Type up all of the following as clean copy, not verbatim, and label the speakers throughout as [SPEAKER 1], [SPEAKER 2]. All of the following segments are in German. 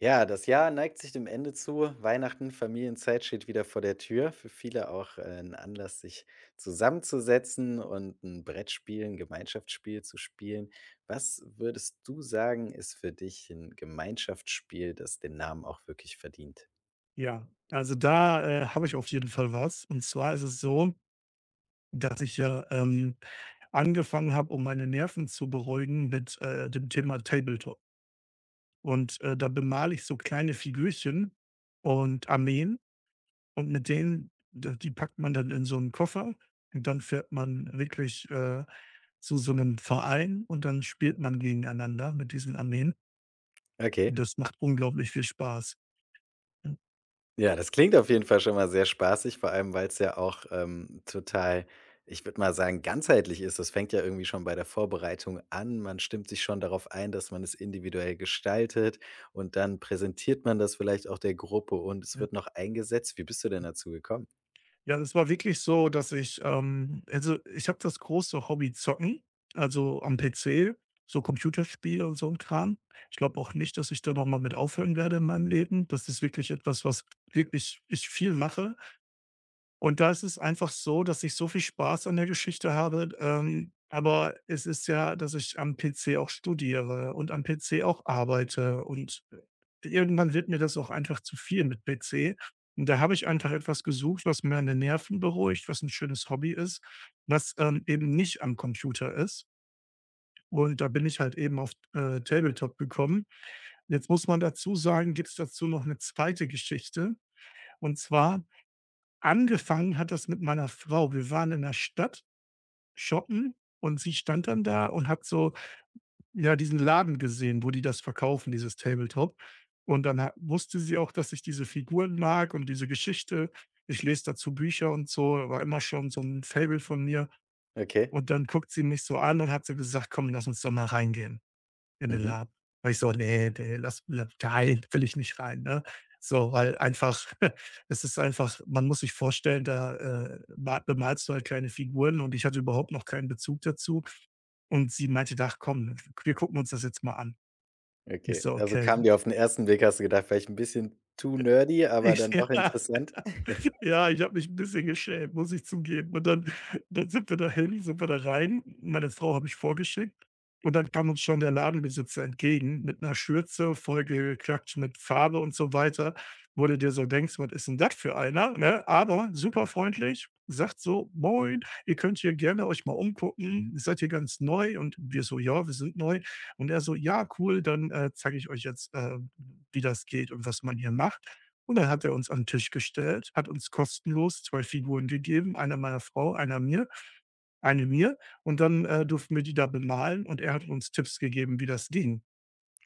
[SPEAKER 1] Ja, das Jahr neigt sich dem Ende zu. Weihnachten, Familienzeit steht wieder vor der Tür. Für viele auch ein Anlass, sich zusammenzusetzen und ein Brettspiel, ein Gemeinschaftsspiel zu spielen. Was würdest du sagen, ist für dich ein Gemeinschaftsspiel, das den Namen auch wirklich verdient?
[SPEAKER 2] Ja, also da, habe ich auf jeden Fall was. Und zwar ist es so, dass ich ja, angefangen habe, um meine Nerven zu beruhigen mit, dem Thema Tabletop. Und, da bemale ich so kleine Figürchen und Armeen und mit denen d die packt man dann in so einen Koffer und dann fährt man wirklich, zu so einem Verein und dann spielt man gegeneinander mit diesen Armeen.
[SPEAKER 1] Okay.
[SPEAKER 2] Das macht unglaublich viel Spaß. Ja.
[SPEAKER 1] Ja, das klingt auf jeden Fall schon mal sehr spaßig, vor allem weil es ja auch, total, ich würde mal sagen, ganzheitlich ist. Das fängt ja irgendwie schon bei der Vorbereitung an. Man stimmt sich schon darauf ein, dass man es individuell gestaltet und dann präsentiert man das vielleicht auch der Gruppe und es
[SPEAKER 2] Ja.
[SPEAKER 1] wird noch eingesetzt. Wie bist du denn dazu gekommen?
[SPEAKER 2] Ja, das war wirklich so, dass ich, also, ich habe das große Hobby Zocken, also am PC, so Computerspiele und so ein Kram. Ich glaube auch nicht, dass ich da noch mal mit aufhören werde in meinem Leben. Das ist wirklich etwas, was wirklich ich viel mache. Und da ist es einfach so, dass ich so viel Spaß an der Geschichte habe, aber es ist ja, dass ich am PC auch studiere und am PC auch arbeite und irgendwann wird mir das auch einfach zu viel mit PC. Und da habe ich einfach etwas gesucht, was mir meine Nerven beruhigt, was ein schönes Hobby ist, was, eben nicht am Computer ist. Und da bin ich halt eben auf, Tabletop gekommen. Jetzt muss man dazu sagen, gibt es dazu noch eine zweite Geschichte. Und zwar angefangen hat das mit meiner Frau. Wir waren in der Stadt shoppen und sie stand dann da und hat so, ja, diesen Laden gesehen, wo die das verkaufen, dieses Tabletop. Und dann ha wusste sie auch, dass ich diese Figuren mag und diese Geschichte. Ich lese dazu Bücher und so, war immer schon so ein Faible von mir.
[SPEAKER 1] Okay.
[SPEAKER 2] Und dann guckt sie mich so an und hat so gesagt: „Komm, lass uns doch mal reingehen.“ in den
[SPEAKER 1] Mhm.
[SPEAKER 2] Laden. War ich so: „Ne, ne, lass la nein, will ich nicht rein“, ne? So, weil einfach es ist einfach man muss sich vorstellen, da, ma bemalst du halt kleine Figuren und ich hatte überhaupt noch keinen Bezug dazu. Und sie meinte: „Ach komm, wir gucken uns das jetzt mal an.“ Ich
[SPEAKER 1] Okay.
[SPEAKER 2] so:
[SPEAKER 1] Also,
[SPEAKER 2] „Okay.“
[SPEAKER 1] kam dir auf den ersten Blick hast du gedacht, vielleicht ein bisschen too nerdy, aber
[SPEAKER 2] Ich
[SPEAKER 1] dann doch
[SPEAKER 2] ja.
[SPEAKER 1] interessant?
[SPEAKER 2] Ja, ich habe mich ein bisschen geschämt, muss ich zugeben. Und dann sind wir da rein. Meine Frau habe ich vorgeschickt und dann kam uns schon der Ladenbesitzer entgegen mit einer Schürze, vollgeklatscht mit Farbe und so weiter, wo du dir so denkst: „Was ist denn das für einer“, ne? Aber super freundlich, sagt so: „Moin, ihr könnt hier gerne euch mal umgucken. Seid ihr ganz neu?“ Und wir so: „Ja, wir sind neu.“ Und er so: „Ja, cool, dann, zeige ich euch jetzt, wie das geht und was man hier macht.“ Und dann hat er uns an 'n Tisch gestellt, hat uns kostenlos 2 Figuren gegeben, eine meiner Frau, einer mir eine mir. Und dann, durften wir die da bemalen und er hat uns Tipps gegeben, wie das ging.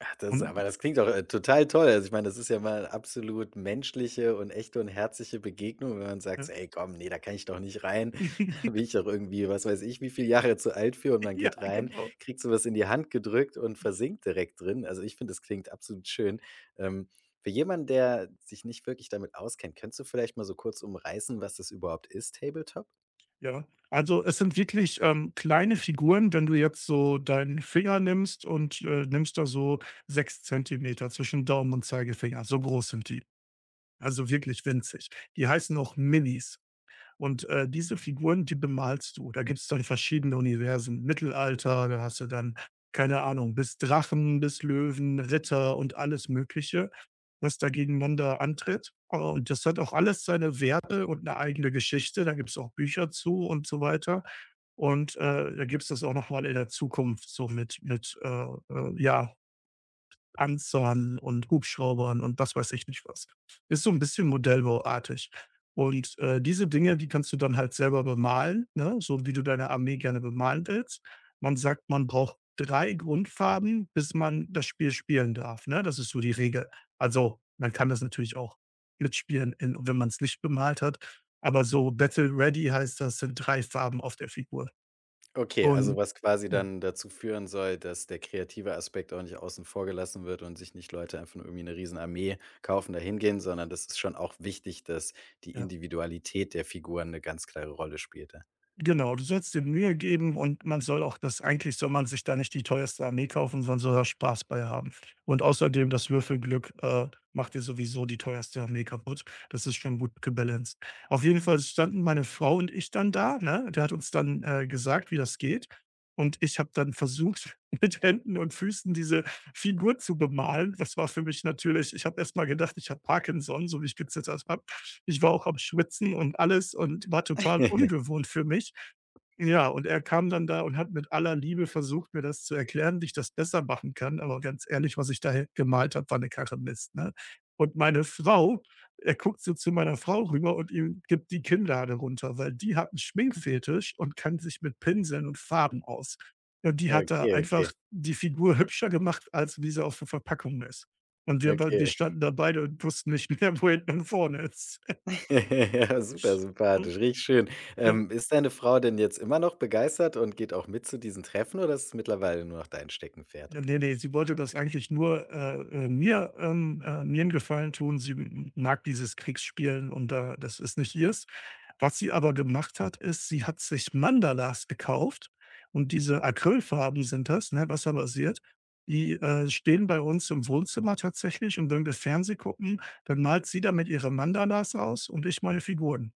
[SPEAKER 1] Ach, das aber
[SPEAKER 2] Und
[SPEAKER 1] das klingt doch, total toll. Also, ich meine, das ist ja mal absolut menschliche und echte und herzliche Begegnung, wenn man sagt
[SPEAKER 2] ja.
[SPEAKER 1] so: „Ey, komm, ne, da kann ich doch nicht rein. Da bin ich doch irgendwie, was weiß ich, wie viele Jahre zu alt für.“ Und man
[SPEAKER 2] Ja,
[SPEAKER 1] geht rein,
[SPEAKER 2] genau.
[SPEAKER 1] kriegt so was in die Hand gedrückt und versinkt direkt drin. Also, ich finde, das klingt absolut schön. Ähm, für jemanden, der sich nicht wirklich damit auskennt, könntest du vielleicht mal so kurz umreißen, was das überhaupt ist, Tabletop?
[SPEAKER 2] Ja. Also, es sind wirklich, kleine Figuren, wenn du jetzt so deinen Finger nimmst und, nimmst da so 6 cm zwischen Daumen und Zeigefinger, so groß sind die. Also, wirklich winzig. Die heißen auch Minis. Und, diese Figuren, die bemalst du. Da gibt's dann verschiedene Universen. Mittelalter, da hast du dann, keine Ahnung, bis Drachen, bis Löwen, Ritter und alles Mögliche, was da gegeneinander antritt. Und das hat auch alles seine Werte und eine eigene Geschichte. Da gibt es auch Bücher zu und so weiter. Und, da gibt es das auch noch mal in der Zukunft so mit mit, ja, Panzern und Hubschraubern und was weiß ich nicht was. Ist so ein bisschen modellbauartig. Und, diese Dinge, die kannst du dann halt selber bemalen, ne, so wie du deine Armee gerne bemalen willst. Man sagt, man braucht 3 Grundfarben, bis man das Spiel spielen darf, ne? Das ist so die Regel. Also, man kann das natürlich auch mitspielen, in wenn man es nicht bemalt hat, aber so Battle Ready heißt das, sind 3 Farben auf der Figur.
[SPEAKER 1] Okay, also
[SPEAKER 2] Und
[SPEAKER 1] was quasi
[SPEAKER 2] und
[SPEAKER 1] dann dazu führen soll, dass der kreative Aspekt auch nicht außen vor gelassen wird und sich nicht Leute einfach nur irgendwie 'ne Riesenarmee kaufen, da hingehen, sondern das ist schon auch wichtig, dass die
[SPEAKER 2] ja.
[SPEAKER 1] Individualität der Figuren eine ganz klare Rolle spielte.
[SPEAKER 2] Genau, du sollst dir Mühe geben und man soll auch das eigentlich soll man sich da nicht die teuerste Armee kaufen, sondern soll da Spaß bei haben. Und außerdem das Würfelglück, macht dir sowieso die teuerste Armee kaputt. Das ist schon gut gebalanced. Auf jeden Fall standen meine Frau und ich dann da, ne? Der hat uns dann, gesagt, wie das geht. Und ich habe dann versucht, mit Händen und Füßen diese Figur zu bemalen. Das war für mich natürlich ich habe erst mal gedacht, ich habe Parkinson, so wie ich gezittert habe. Ich war auch am Schwitzen und alles und war total ungewohnt für mich. Ja, und er kam dann da und hat mit aller Liebe versucht, mir das zu erklären, wie ich das besser machen kann. Aber ganz ehrlich, was ich da gemalt habe, war eine Karre Mist, ne? Und meine Frau er guckt so zu meiner Frau rüber und ihm gibt die Kinnlade runter, weil die hat einen Schminkfetisch und kann sich mit Pinseln und Farben aus. Und die hat da
[SPEAKER 1] Okay, okay,
[SPEAKER 2] einfach die Figur hübscher gemacht, als wie sie auf der Verpackung ist. Und wir
[SPEAKER 1] okay.
[SPEAKER 2] standen da beide und wussten nicht mehr, wo hinten und vorne ist.
[SPEAKER 1] Ja, super
[SPEAKER 2] Hm,
[SPEAKER 1] sympathisch, richtig schön.
[SPEAKER 2] ne,
[SPEAKER 1] Ist deine Frau denn jetzt immer noch begeistert und geht auch mit zu diesen Treffen oder ist es mittlerweile nur noch dein Steckenpferd?
[SPEAKER 2] ja, ne, ne, sie wollte das eigentlich nur, mir mir 'n Gefallen tun. Sie m mag dieses Kriegsspielen und da das ist nicht ihrs. Was sie aber gemacht hat, ist, sie hat sich Mandalas gekauft und diese Acrylfarben sind das, ne, wasserbasiert. Die, stehen bei uns im Wohnzimmer tatsächlich und wenn wir Fernseh gucken, dann malt sie damit ihre Mandalas aus und ich meine Figuren.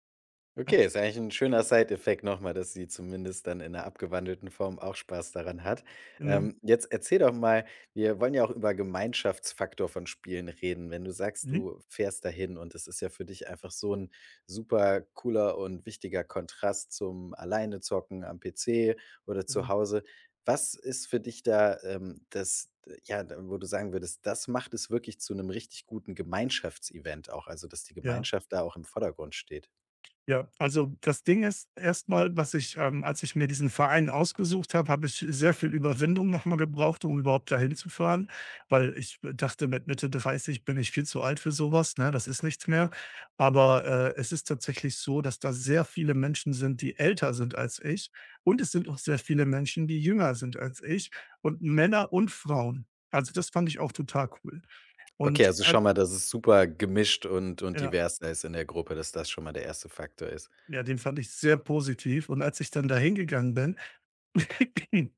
[SPEAKER 2] Ja,
[SPEAKER 1] Okay, ist eigentlich ein schöner Side-Effekt noch, dass sie zumindest dann in einer abgewandelten Form auch Spaß daran hat.
[SPEAKER 2] genau.
[SPEAKER 1] Jetzt erzähl doch mal, wir wollen ja auch über Gemeinschaftsfaktor von Spielen reden. Wenn du sagst,
[SPEAKER 2] Mhm,
[SPEAKER 1] du fährst dahin und es ist ja für dich einfach so ein super cooler und wichtiger Kontrast zum alleine zocken am PC oder zu
[SPEAKER 2] genau,
[SPEAKER 1] Hause. Was ist für dich da, das ja, d wo du sagen würdest, das macht es wirklich zu einem richtig guten Gemeinschaftsevent auch, also, dass die
[SPEAKER 2] ja.
[SPEAKER 1] Gemeinschaft da auch im Vordergrund steht?
[SPEAKER 2] Ja, also das Ding ist erstmal, als ich mir diesen Verein ausgesucht habe, habe ich sehr viel Überwindung nochmal gebraucht, um überhaupt dahin zu fahren, weil ich dachte, mit Mitte 30 bin ich viel zu alt für sowas, ne? Das ist nichts mehr. Aber, es ist tatsächlich so, dass da sehr viele Menschen sind, die älter sind als ich und es sind auch sehr viele Menschen, die jünger sind als ich und Männer und Frauen. Also, das fand ich auch total cool. Und,
[SPEAKER 1] Okay, also
[SPEAKER 2] äh
[SPEAKER 1] schau mal, dass es super gemischt und
[SPEAKER 2] ja,
[SPEAKER 1] divers da ist in der Gruppe, dass das schon mal der erste Faktor ist.
[SPEAKER 2] ja, den fand ich sehr positiv und als ich dann dahin gegangen bin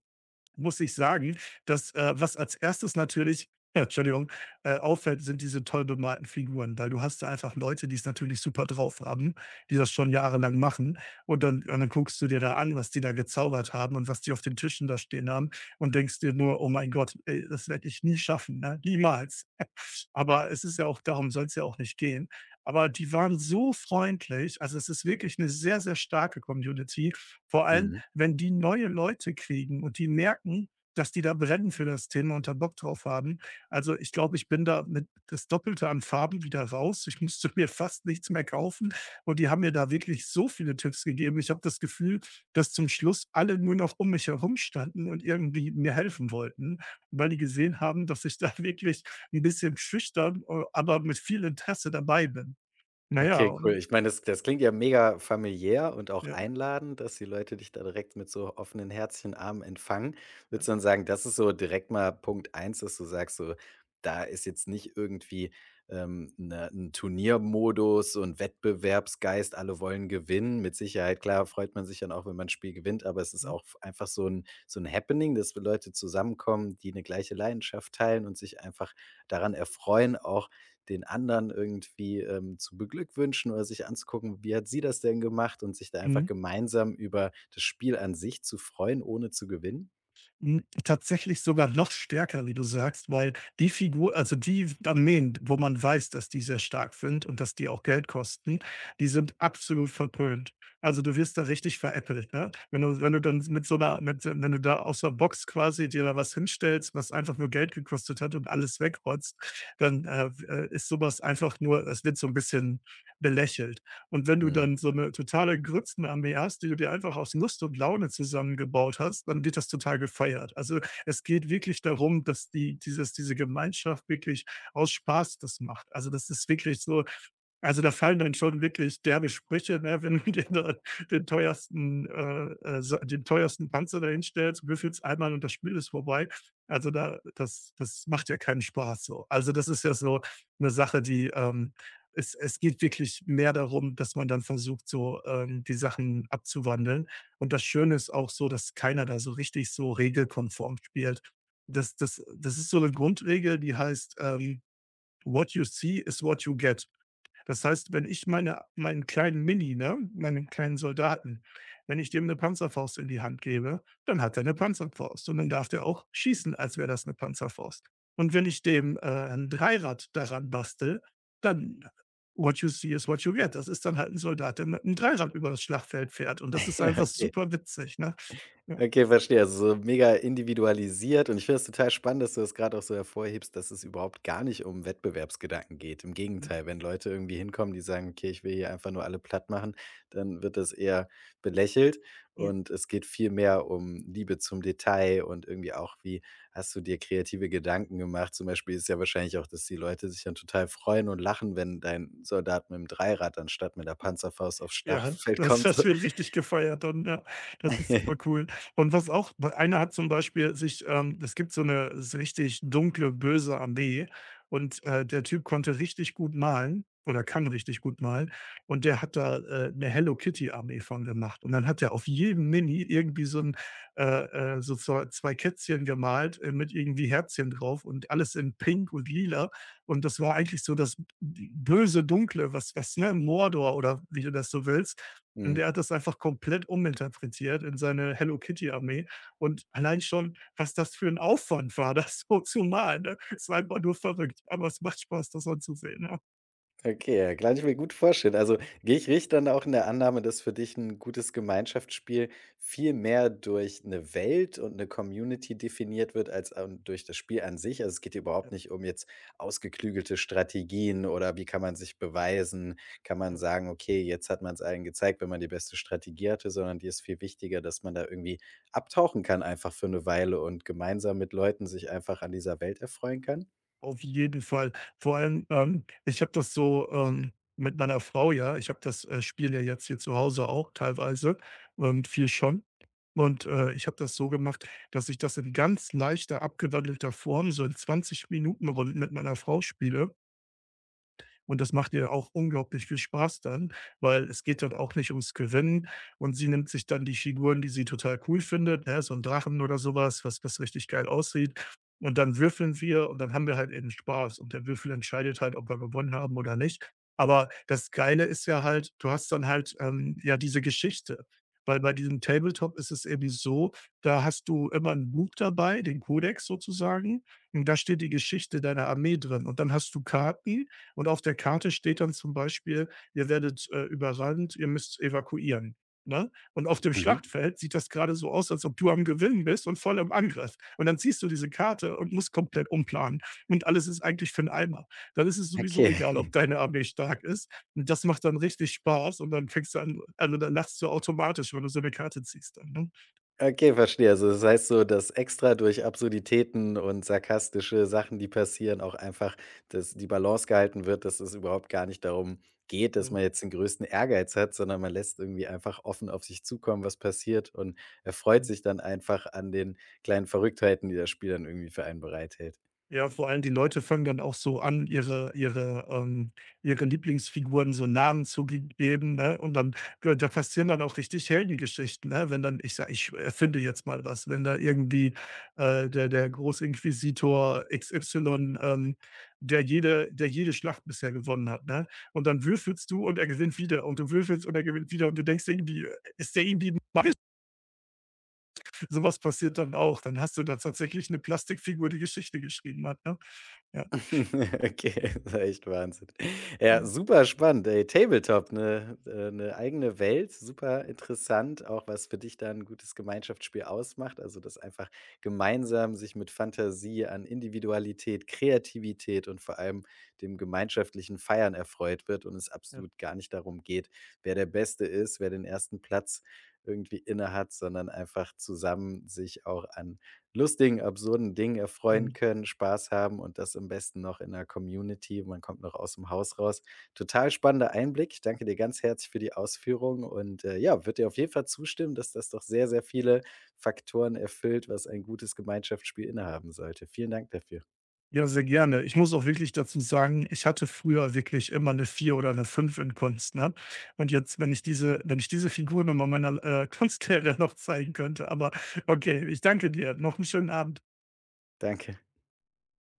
[SPEAKER 2] muss ich sagen, dass, was als erstes natürlich ja, Entschuldigung, auffällt, sind diese toll bemalten Figuren, weil du hast da einfach Leute, die es natürlich super drauf haben, die das schon jahrelang machen. Und dann guckst du dir da an, was die da gezaubert haben und was die auf den Tischen da stehen haben und denkst dir nur, oh mein Gott, ey, das werde ich nie schaffen, ne? Niemals. Aber es ist ja auch, darum soll es ja auch nicht gehen. Aber die waren so freundlich. Also es ist wirklich eine sehr, sehr starke Community. Vor allem
[SPEAKER 1] Mhm.
[SPEAKER 2] wenn die neue Leute kriegen und die merken, dass die da brennen für das Thema und da Bock drauf haben. Also, ich glaube, ich bin da mit das Doppelte an Farben wieder raus. Ich musste mir fast nichts mehr kaufen und die haben mir da wirklich so viele Tipps gegeben. Ich habe das Gefühl, dass zum Schluss alle nur noch um mich herum standen und irgendwie mir helfen wollten, weil die gesehen haben, dass ich da wirklich ein bisschen schüchtern, aber mit viel Interesse dabei bin. Naja
[SPEAKER 1] Okay, cool.
[SPEAKER 2] und
[SPEAKER 1] Ich meine, das klingt ja mega familiär und auch
[SPEAKER 2] ja,
[SPEAKER 1] einladend, dass die Leute dich da direkt mit so offenen Herzchen, Armen empfangen.
[SPEAKER 2] ja.
[SPEAKER 1] Würdest du dann sagen, das ist so direkt mal Punkt eins, dass du sagst, so, da ist jetzt nicht irgendwie, 'ne 'n Turniermodus und Wettbewerbsgeist, alle wollen gewinnen. Mit Sicherheit, klar, freut man sich dann auch, wenn man ein Spiel gewinnt, aber es ist
[SPEAKER 2] Mhm.
[SPEAKER 1] auch einfach so ein Happening, dass Leute zusammenkommen, die eine gleiche Leidenschaft teilen und sich einfach daran erfreuen, auch den anderen irgendwie, zu beglückwünschen oder sich anzugucken, wie hat sie das denn gemacht und sich da einfach
[SPEAKER 2] Mhm.
[SPEAKER 1] gemeinsam über das Spiel an sich zu freuen, ohne zu gewinnen?
[SPEAKER 2] Hm, tatsächlich sogar noch stärker, wie du sagst, weil die Figur also die Armeen, wo man weiß, dass die sehr stark sind und dass die auch Geld kosten, die sind absolut verpönt. Also, du wirst da richtig veräppelt, ne? Wenn du dann mit so einer, mit wenn du da aus der Box quasi dir da was hinstellst, was einfach nur Geld gekostet hat und alles wegrotzt, dann, ist sowas einfach nur es wird so ein bisschen belächelt. Und wenn du
[SPEAKER 1] Mhm.
[SPEAKER 2] dann so eine totale Grützenarmee hast, die du dir einfach aus Lust und Laune zusammengebaut hast, dann wird das total gefeiert. Also, es geht wirklich darum, dass diese Gemeinschaft wirklich aus Spaß das macht. Also, das ist wirklich so also, da fallen dann schon wirklich derbe Sprüche, ne, wenn du dir da den teuersten, Sa den teuersten Panzer da hinstellst, würfelst einmal und das Spiel ist vorbei. Also, da das das macht ja keinen Spaß so. Also, das ist ja so eine Sache, die, es es geht wirklich mehr darum, dass man dann versucht, so, die Sachen abzuwandeln. Und das Schöne ist auch so, dass keiner da so richtig so regelkonform spielt. Das ist so eine Grundregel, die heißt, „What you see is what you get.“ Das heißt, wenn ich meinen kleinen Mini, ne, meinen kleinen Soldaten, wenn ich dem eine Panzerfaust in die Hand gebe, dann hat er eine Panzerfaust und dann darf der auch schießen, als wäre das eine Panzerfaust. Und wenn ich dem, ein Dreirad daran bastel, dann what you see is what you get. Das ist dann halt ein Soldat, der mit einem Dreirad über das Schlachtfeld fährt und das ist
[SPEAKER 1] Ja,
[SPEAKER 2] einfach
[SPEAKER 1] okay.
[SPEAKER 2] super witzig, ne? Ja,
[SPEAKER 1] Okay, verstehe. Also, so mega individualisiert und ich finde es total spannend, dass du das gerade auch so hervorhebst, dass es überhaupt gar nicht um Wettbewerbsgedanken geht. Im Gegenteil, wenn Leute irgendwie hinkommen, die sagen: „Okay, ich will hier einfach nur alle platt machen, dann wird das eher belächelt
[SPEAKER 2] mhm.
[SPEAKER 1] und es geht viel mehr um Liebe zum Detail und irgendwie auch, wie hast du dir kreative Gedanken gemacht? Zum Beispiel ist ja wahrscheinlich auch, dass die Leute sich dann total freuen und lachen, wenn dein Soldat mit dem Dreirad anstatt mit der Panzerfaust aufs
[SPEAKER 2] Ja,
[SPEAKER 1] Schlachtfeld
[SPEAKER 2] das
[SPEAKER 1] kommt so.
[SPEAKER 2] das wird richtig gefeiert dann, ja. Das ist super cool. Und was auch einer hat zum Beispiel sich es gibt so eine so richtig dunkle, böse Armee, und, der Typ konnte richtig gut malen oder kann richtig gut malen und der hat da, 'ne Hello-Kitty-Armee von gemacht. Und dann hat er auf jedem Mini irgendwie so 'n so zo 2 Kätzchen gemalt, mit irgendwie Herzchen drauf und alles in pink und lila. Und das war eigentlich so das böse, dunkle, ne, Mordor oder wie du das so willst. Und der
[SPEAKER 1] Mhm.
[SPEAKER 2] hat das einfach komplett uminterpretiert in seine Hello-Kitty-Armee. Und allein schon, was das für ein Aufwand war, das so zu malen, ne? Es war einfach nur verrückt, aber es macht Spaß, das anzusehen, ja.
[SPEAKER 1] Okay, ja, kann ich mir gut vorstellen. Also, gehe ich richtig dann auch in der Annahme, dass für dich ein gutes Gemeinschaftsspiel viel mehr durch eine Welt und eine Community definiert wird als, durch das Spiel an sich? Also, es geht dir überhaupt
[SPEAKER 2] Ja,
[SPEAKER 1] nicht um jetzt ausgeklügelte Strategien oder wie kann man sich beweisen? Kann man
[SPEAKER 2] ja.
[SPEAKER 1] sagen: „Okay, jetzt hat man es allen gezeigt, wenn man die beste Strategie hatte“, sondern dir ist viel wichtiger, dass man da irgendwie abtauchen kann einfach für eine Weile und gemeinsam mit Leuten sich einfach an dieser Welt erfreuen kann?
[SPEAKER 2] Auf jeden Fall. Vor allem, ich habe das so, mit meiner Frau, ja, ich habe das, Spiel ja jetzt hier zu Hause auch teilweise, viel schon. Und, ich habe das so gemacht, dass ich das in ganz leichter, abgewandelter Form so in 20 Minuten Runden mit meiner Frau spiele und das macht ihr auch unglaublich viel Spaß dann, weil es geht dort auch nicht ums Gewinnen. Und sie nimmt sich dann die Figuren, die sie total cool findet, ne, so ein Drachen oder sowas, was richtig geil aussieht. Und dann würfeln wir und dann haben wir halt eben Spaß. Und der Würfel entscheidet halt, ob wir gewonnen haben oder nicht. Aber das Geile ist ja halt, du hast dann halt, ja, diese Geschichte. Weil bei diesem Tabletop ist es irgendwie so, da hast du immer ein Buch dabei, den Kodex sozusagen, und da steht die Geschichte deiner Armee drin. Und dann hast du Karten und auf der Karte steht dann zum Beispiel: „Ihr werdet, überrannt, ihr müsst evakuieren“, ne? Und auf dem
[SPEAKER 1] Mhm,
[SPEAKER 2] Schlachtfeld sieht das gerade so aus, als ob du am Gewinnen bist und voll im Angriff. Und dann siehst du diese Karte und musst komplett umplanen und alles ist eigentlich für 'n Eimer. Dann ist es sowieso egal, ob
[SPEAKER 1] okay.
[SPEAKER 2] deine Armee stark ist. Und das macht dann richtig Spaß und dann fängst du an, also, dann lachst du automatisch, wenn du so eine Karte ziehst dann, ne?
[SPEAKER 1] Okay, verstehe. Also, das heißt so, dass extra durch Absurditäten und sarkastische Sachen, die passieren, auch einfach, dass die Balance gehalten wird, dass es überhaupt gar nicht darum geht, dass
[SPEAKER 2] Ja.
[SPEAKER 1] man jetzt den größten Ehrgeiz hat, sondern man lässt irgendwie einfach offen auf sich zukommen, was passiert und erfreut
[SPEAKER 2] Ja.
[SPEAKER 1] sich dann einfach an den kleinen Verrücktheiten, die das Spiel dann irgendwie für einen bereithält.
[SPEAKER 2] Ja, vor allem die Leute fangen dann auch so an, ihre Lieblingsfiguren so Namen zu g geben, ne? Und dann ja, da passieren dann auch richtig Heldengeschichten, ne? Wenn dann, ich sage, ich erfinde jetzt mal was, wenn da irgendwie, der Großinquisitor XY, der jede Schlacht bisher gewonnen hat, ne? Und dann würfelst du und er gewinnt wieder und du würfelst und er gewinnt wieder und du denkst irgendwie, ist der irgendwie magisch? So was passiert dann auch. Dann hast du da tatsächlich eine Plastikfigur, die Geschichte geschrieben hat, ne? Ja.
[SPEAKER 1] Okay, das war echt Wahnsinn. Ja, super spannend, ey. Tabletop, eine 'ne 'ne eigene Welt, super interessant, auch was für dich da ein gutes Gemeinschaftsspiel ausmacht. Also, das einfach gemeinsam sich mit Fantasie an Individualität, Kreativität und vor allem dem gemeinschaftlichen Feiern erfreut wird und es
[SPEAKER 2] Ja.
[SPEAKER 1] absolut gar nicht darum geht, wer der Beste ist, wer den ersten Platz irgendwie innehat, sondern einfach zusammen sich auch an lustigen, absurden Dingen erfreuen
[SPEAKER 2] Mhm.
[SPEAKER 1] können, Spaß haben und das am besten noch in der Community. Man kommt noch aus dem Haus raus. Total spannender Einblick. Ich danke dir ganz herzlich für die Ausführung und, ja, würde dir auf jeden Fall zustimmen, dass das doch sehr, sehr viele Faktoren erfüllt, was ein gutes Gemeinschaftsspiel innehaben sollte. Vielen Dank dafür.
[SPEAKER 2] Ja, sehr gerne. Ich muss auch wirklich dazu sagen, ich hatte früher wirklich immer eine 4 oder eine 5 in Kunst, ne? Und jetzt, wenn ich diese wenn ich diese Figuren nur mal meiner, Kunstlehrerin noch zeigen könnte, aber okay, ich danke dir. Noch einen schönen Abend.
[SPEAKER 1] Danke.